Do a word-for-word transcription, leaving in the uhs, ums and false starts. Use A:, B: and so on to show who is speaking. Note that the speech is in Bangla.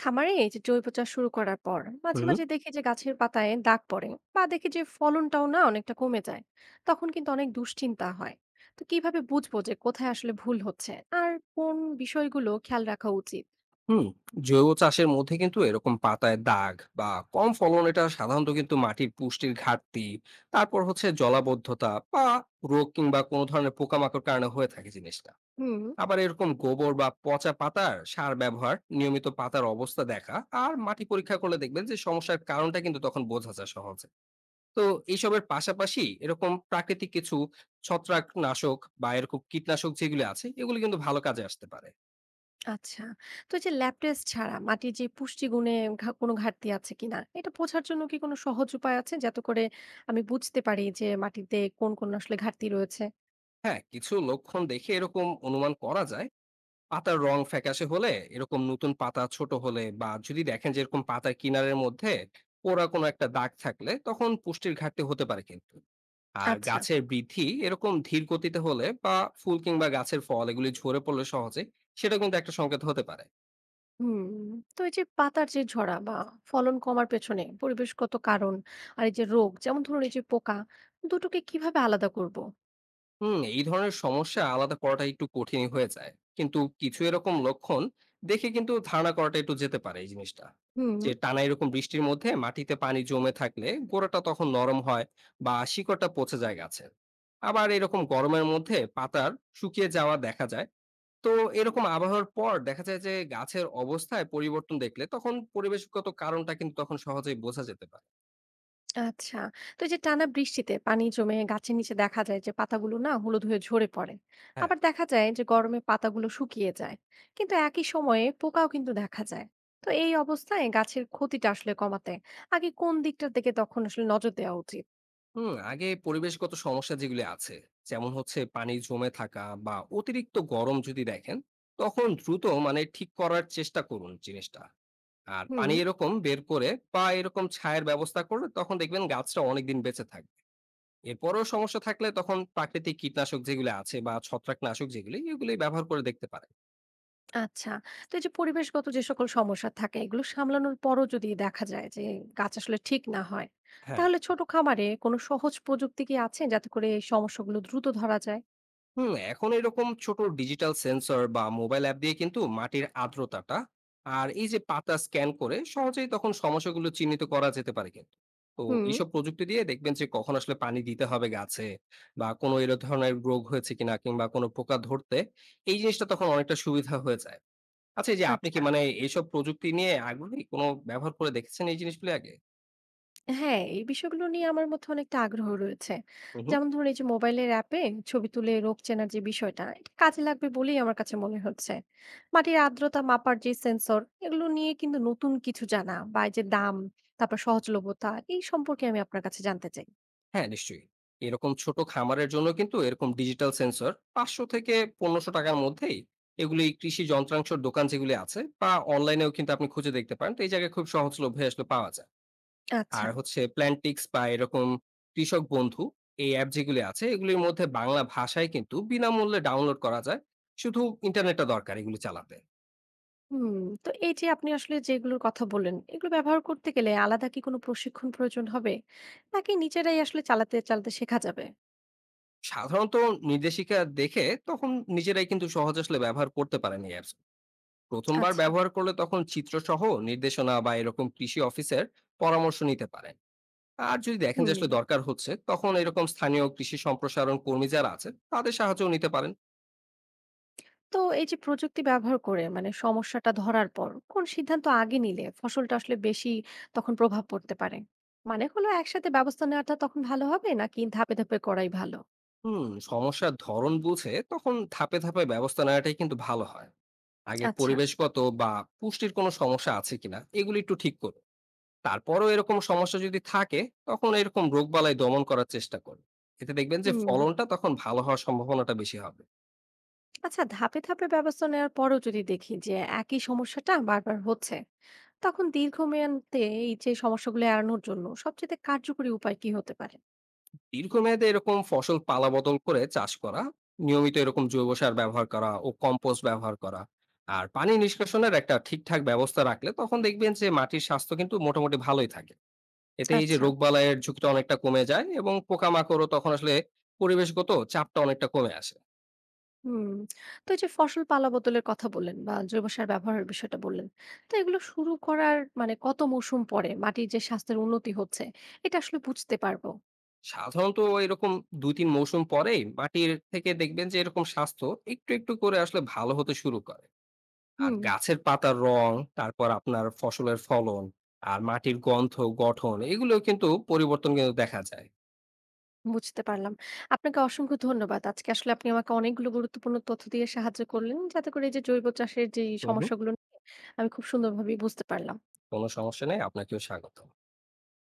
A: খামারে এই যে জৈব চাষ শুরু করার পর মাঝে
B: হুম,
A: মাঝে দেখি যে গাছের পাতায় দাগ পড়ে বা দেখি যে ফলনটাও না অনেকটা কমে যায়। তখন কিন্তু অনেক দুশ্চিন্তা হয়। তো কিভাবে বুঝবো যে কোথায় আসলে ভুল হচ্ছে আর কোন বিষয়গুলো খেয়াল রাখা উচিত?
B: হুম। জৈব চাষের মধ্যে কিন্তু এরকম পাতায় দাগ বা কম ফলন, এটা সাধারণত কিন্তু মাটির পুষ্টির ঘাটতি, তারপর হচ্ছে জলাবদ্ধতা বা রোগ কিংবা কোনো ধরনের পোকামাকড় কারণে হয়ে থাকে জিনিসটা।
A: হুম।
B: আবার এরকম গোবর বা পচা পাতার সার ব্যবহার, নিয়মিত পাতার অবস্থা দেখা আর মাটি পরীক্ষা করলে দেখবেন যে সমস্যার কারণটা কিন্তু তখন বোঝা যায় সহজে। তো এইসবের পাশাপাশি এরকম প্রাকৃতিক কিছু ছত্রাকনাশক বা এরকম কীটনাশক যেগুলো আছে এগুলো কিন্তু ভালো কাজে আসতে পারে।
A: আচ্ছা। তো এই যে ল্যাব টেস্ট ছাড়া মাটির যে পুষ্টিগুণে ঘা- কোনো ঘাটতি আছে কিনা এটা বোঝার জন্য কি কোনো সহজ উপায় আছে যাতে করে আমি বুঝতে পারি যে মাটিতে কোন কোন আসলে ঘাটতি রয়েছে?
B: হ্যাঁ, কিছু লক্ষণ দেখে এরকম অনুমান করা যায়। পাতার রং ফ্যাকাশে হলে, এরকম নতুন পাতা ছোট হলে, বা যদি দেখেন যে এরকম পাতার কিনারের মধ্যে পোড়া কোনো একটা দাগ থাকলে তখন পুষ্টির ঘাটতি হতে পারে কিন্তু। আর
A: আচ্ছা।
B: গাছের বৃদ্ধি এরকম ধীর গতিতে হলে বা ফুল কিংবা গাছের ফল এগুলি ঝরে পড়লে সহজে, সেটা কিন্তু একটা সংকেত হতে পারে।
A: হুম। তো এই যে পাতার যে ঝরা বা ফলন কমার পেছনে পরিবেশগত কারণ আর এই যে রোগ যেমন ধরুন এই যে পোকা দুটোকে কিভাবে আলাদা করব?
B: হুম এই ধরনের সমস্যা আলাদা করাটা একটু কঠিন হয়ে যায়, কিন্তু কিছু এরকম লক্ষণ দেখে কিন্তু ধারণা করাটা একটু যেতে পারে এই জিনিসটা।
A: হুম।
B: যে টানা এরকম বৃষ্টির মধ্যে মাটিতে পানি জমে থাকলে গোড়াটা তখন নরম হয় বা শিকড়টা পচে যায় গাছের। আবার এরকম গরমের মধ্যে পাতার শুকিয়ে যাওয়া দেখা যায়। তো এরকম আবহাওয়ার পর দেখা যায় যে গাছের অবস্থায় পরিবর্তন দেখলে তখন পরিবেশগত কারণটা কিন্তু তখন সহজেই বোঝা যেতে পারে।
A: আচ্ছা। তো এই যে টানা বৃষ্টিতে পানি জমে গাছের নিচে দেখা যায় যে পাতাগুলো না হলুদ হয়ে ঝরে পড়ে।
B: হ্যাঁ।
A: আবার দেখা যায় যে গরমে পাতাগুলো শুকিয়ে যায়, কিন্তু একই সময়ে পোকাও কিন্তু দেখা যায়। তো এই অবস্থায় গাছের ক্ষতিটা আসলে কমাতে আগে কোন দিকটার দিকে তখন আসলে নজর দেওয়া উচিত?
B: হুম আগে পরিবেশগত সমস্যা যেগুলি আছে, যেমন হচ্ছে পানি জমে থাকা বা অতিরিক্ত গরম যদি দেখেন, তখন দ্রুত মানে ঠিক করার চেষ্টা করুন জিনিসটা। আর
A: হুম।
B: পানি এরকম বের করে বা এরকম ছায়ের ব্যবস্থা করলে তখন দেখবেন গাছটা অনেকদিন বেঁচে থাকবে। এরপরেও সমস্যা থাকলে তখন প্রাকৃতিক কীটনাশক যেগুলো আছে বা ছত্রাকনাশক যেগুলি, এগুলি ব্যবহার করে দেখতে পারেন।
A: আচ্ছা। তো এই যে পরিবেশগত যে সকল সমস্যা থাকে এগুলো সামলানোর পরও যদি দেখা যায় যে গাছ আসলে ঠিক না হয়,
B: হ্যাঁ।
A: তাহলে ছোট খামারে কোনো সহজ প্রযুক্তি কি আছে যাতে করে এই সমস্যাগুলো দ্রুত ধরা যায়?
B: হুম এখন এরকম ছোট ডিজিটাল সেন্সর বা মোবাইল অ্যাপ দিয়ে কিন্তু মাটির আর্দ্রতাটা আর এই যে পাতা স্ক্যান করে সহজেই তখন সমস্যাগুলো চিহ্নিত করা যেতে পারে কিন্তু। তো
A: হুম।
B: এইসব প্রযুক্তি দিয়ে দেখবেন যে কখন আসলে পানি দিতে হবে গাছে বা কোনো এর ধরনের রোগ হয়েছে কিনা কিংবা কোনো পোকা ধরতে, এই জিনিসটা তখন অনেকটা সুবিধা হয়ে যায়। আচ্ছা, এই যে আপনি কি
A: আচ্ছা।
B: মানে এইসব প্রযুক্তি নিয়ে আগ্রহী, কোনো ব্যবহার করে দেখেছেন এই জিনিসগুলো আগে?
A: হ্যাঁ, এই বিষয়গুলো নিয়ে আমার মধ্যে অনেকটা আগ্রহ রয়েছে।
B: হুম।
A: যেমন ধরুন এই যে মোবাইলের অ্যাপে ছবি তুলে রোগ চেনার যে বিষয়টা, এটা কাজে লাগবে বলেই আমার কাছে মনে হচ্ছে। মাটির আর্দ্রতা মাপার যে সেন্সর, এগুলো নিয়ে কিন্তু নতুন কিছু জানা বা এই যে দাম, তারপর সহজলভ্যতা এই সম্পর্কে আমি আপনার কাছে জানতে চাই।
B: হ্যাঁ, নিশ্চয়ই। এরকম ছোট খামারের জন্য কিন্তু এরকম ডিজিটাল সেন্সর পাঁচশো থেকে পনেরোশো টাকার মধ্যেই, এগুলি কৃষি যন্ত্রাংশের দোকান যেগুলি আছে বা অনলাইনেও কিন্তু আপনি খুঁজে দেখতে পারেন। তো এই জায়গায় খুব সহজলভ্যে আসলে পাওয়া যায়।
A: আচ্ছা।
B: আর হচ্ছে প্ল্যান্টিক্স বা এরকম কৃষক বন্ধু, এই অ্যাপ যেগুলি আছে এগুলির মধ্যে বাংলা ভাষায় কিন্তু বিনামূল্যে ডাউনলোড করা যায়। শুধু ইন্টারনেটটা দরকার এগুলি চালাতে।
A: হুম। তো এই যে আপনি আসলে যেগুলোর কথা বললেন, এগুলো ব্যবহার করতে গেলে আলাদা কি কোনো প্রশিক্ষণ প্রয়োজন হবে? নাকি নিজেরাই আসলে চালাতে, চালাতে শেখা যাবে?
B: সাধারণত নির্দেশিকা দেখে তখন নিজেরাই কিন্তু সহজে আসলে ব্যবহার করতে পারেন এই অ্যাপস। প্রথমবার
A: আচ্ছা।
B: ব্যবহার করলে তখন চিত্রসহ নির্দেশনা বা এরকম কৃষি অফিসের পরামর্শ নিতে পারেন। আর যদি দেখেন
A: হুম।
B: যে আসলে দরকার হচ্ছে, তখন এরকম স্থানীয় কৃষি সম্প্রসারণ কর্মী যারা আছে তাদের সাহায্য নিতে পারেন।
A: তো এই যে প্রযুক্তি ব্যবহার করে মানে সমস্যাটা ধরার পর কোন সিদ্ধান্ত আগে নিলে ফসলটা আসলে বেশি তখন প্রভাব পড়তে পারে? মানে হলো একসাথে ব্যবস্থা নেওয়াটা তখন ভালো হবে নাকি ধাপে, ধাপে করাই ভালো?
B: হুম সমস্যার ধরন বুঝে তখন ধাপে ধাপে ব্যবস্থা নেওয়াটাই কিন্তু ভালো হয়। আগে
A: আচ্ছা।
B: পরিবেশগত বা পুষ্টির কোনো সমস্যা আছে কিনা এগুলি একটু ঠিক করুন। তারপরও এরকম সমস্যা যদি থাকে তখন এরকম রোগবালাই দমন করার চেষ্টা করুন। এতে দেখবেন যে
A: হুম।
B: ফলনটা তখন ভালো হওয়ার সম্ভাবনাটা বেশি হবে।
A: আচ্ছা, ধাপে, ধাপে ব্যবস্থা নেওয়ার পরও যদি দেখি যে একই সমস্যাটা বারবার হচ্ছে, তখন দীর্ঘমেয়ান্তে এই যে সমস্যাগুলো এড়ানোর জন্য সবচেয়ে কার্যকরী উপায় কি হতে পারে?
B: দীর্ঘমেয়াদে এরকম ফসল পালা বদল করে চাষ করা, নিয়মিত এরকম জৈব সার ব্যবহার করা ও কম্পোস্ট ব্যবহার করা, আর পানি নিষ্কাশনের একটা ঠিকঠাক ব্যবস্থা রাখলে তখন দেখবেন যে মাটির স্বাস্থ্য কিন্তু মোটামুটি ভালোই থাকে। এতে এই যে
A: আচ্ছা।
B: রোগবালাইয়ের ঝুঁকিটা অনেকটা কমে যায় এবং পোকামাকড়ও তখন আসলে পরিবেশগত চাপটা অনেকটা কমে আসে।
A: হুম। তো এই যে ফসল পালা বদলের কথা বললেন বা জৈব সার ব্যবহারের বিষয়টা বললেন, তো এগুলো শুরু করার মানে কত মৌসুম পরে মাটির যে স্বাস্থ্যের উন্নতি হচ্ছে এটা আসলে বুঝতে পারবো?
B: সাধারণত এরকম দুই তিন মৌসুম পরেই মাটির থেকে দেখবেন যে এরকম স্বাস্থ্য একটু একটু করে আসলে ভালো হতে শুরু করে। আর
A: হুম।
B: গাছের পাতার রং, তারপর আপনার ফসলের ফলন, আর মাটির গন্ধ, গঠন, এগুলোও কিন্তু পরিবর্তন কিন্তু দেখা যায়।
A: বুঝতে পারলাম। আপনাকে অসংখ্য ধন্যবাদ। আজকে আসলে আপনি আমাকে অনেকগুলো গুরুত্বপূর্ণ তথ্য দিয়ে সাহায্য করলেন, যাতে করে এই যে জৈব চাষের যে
B: হু, হু।
A: সমস্যাগুলো নিয়ে আমি খুব সুন্দরভাবে বুঝতে পারলাম।
B: কোন সমস্যা নেই। আপনাকেও স্বাগতম।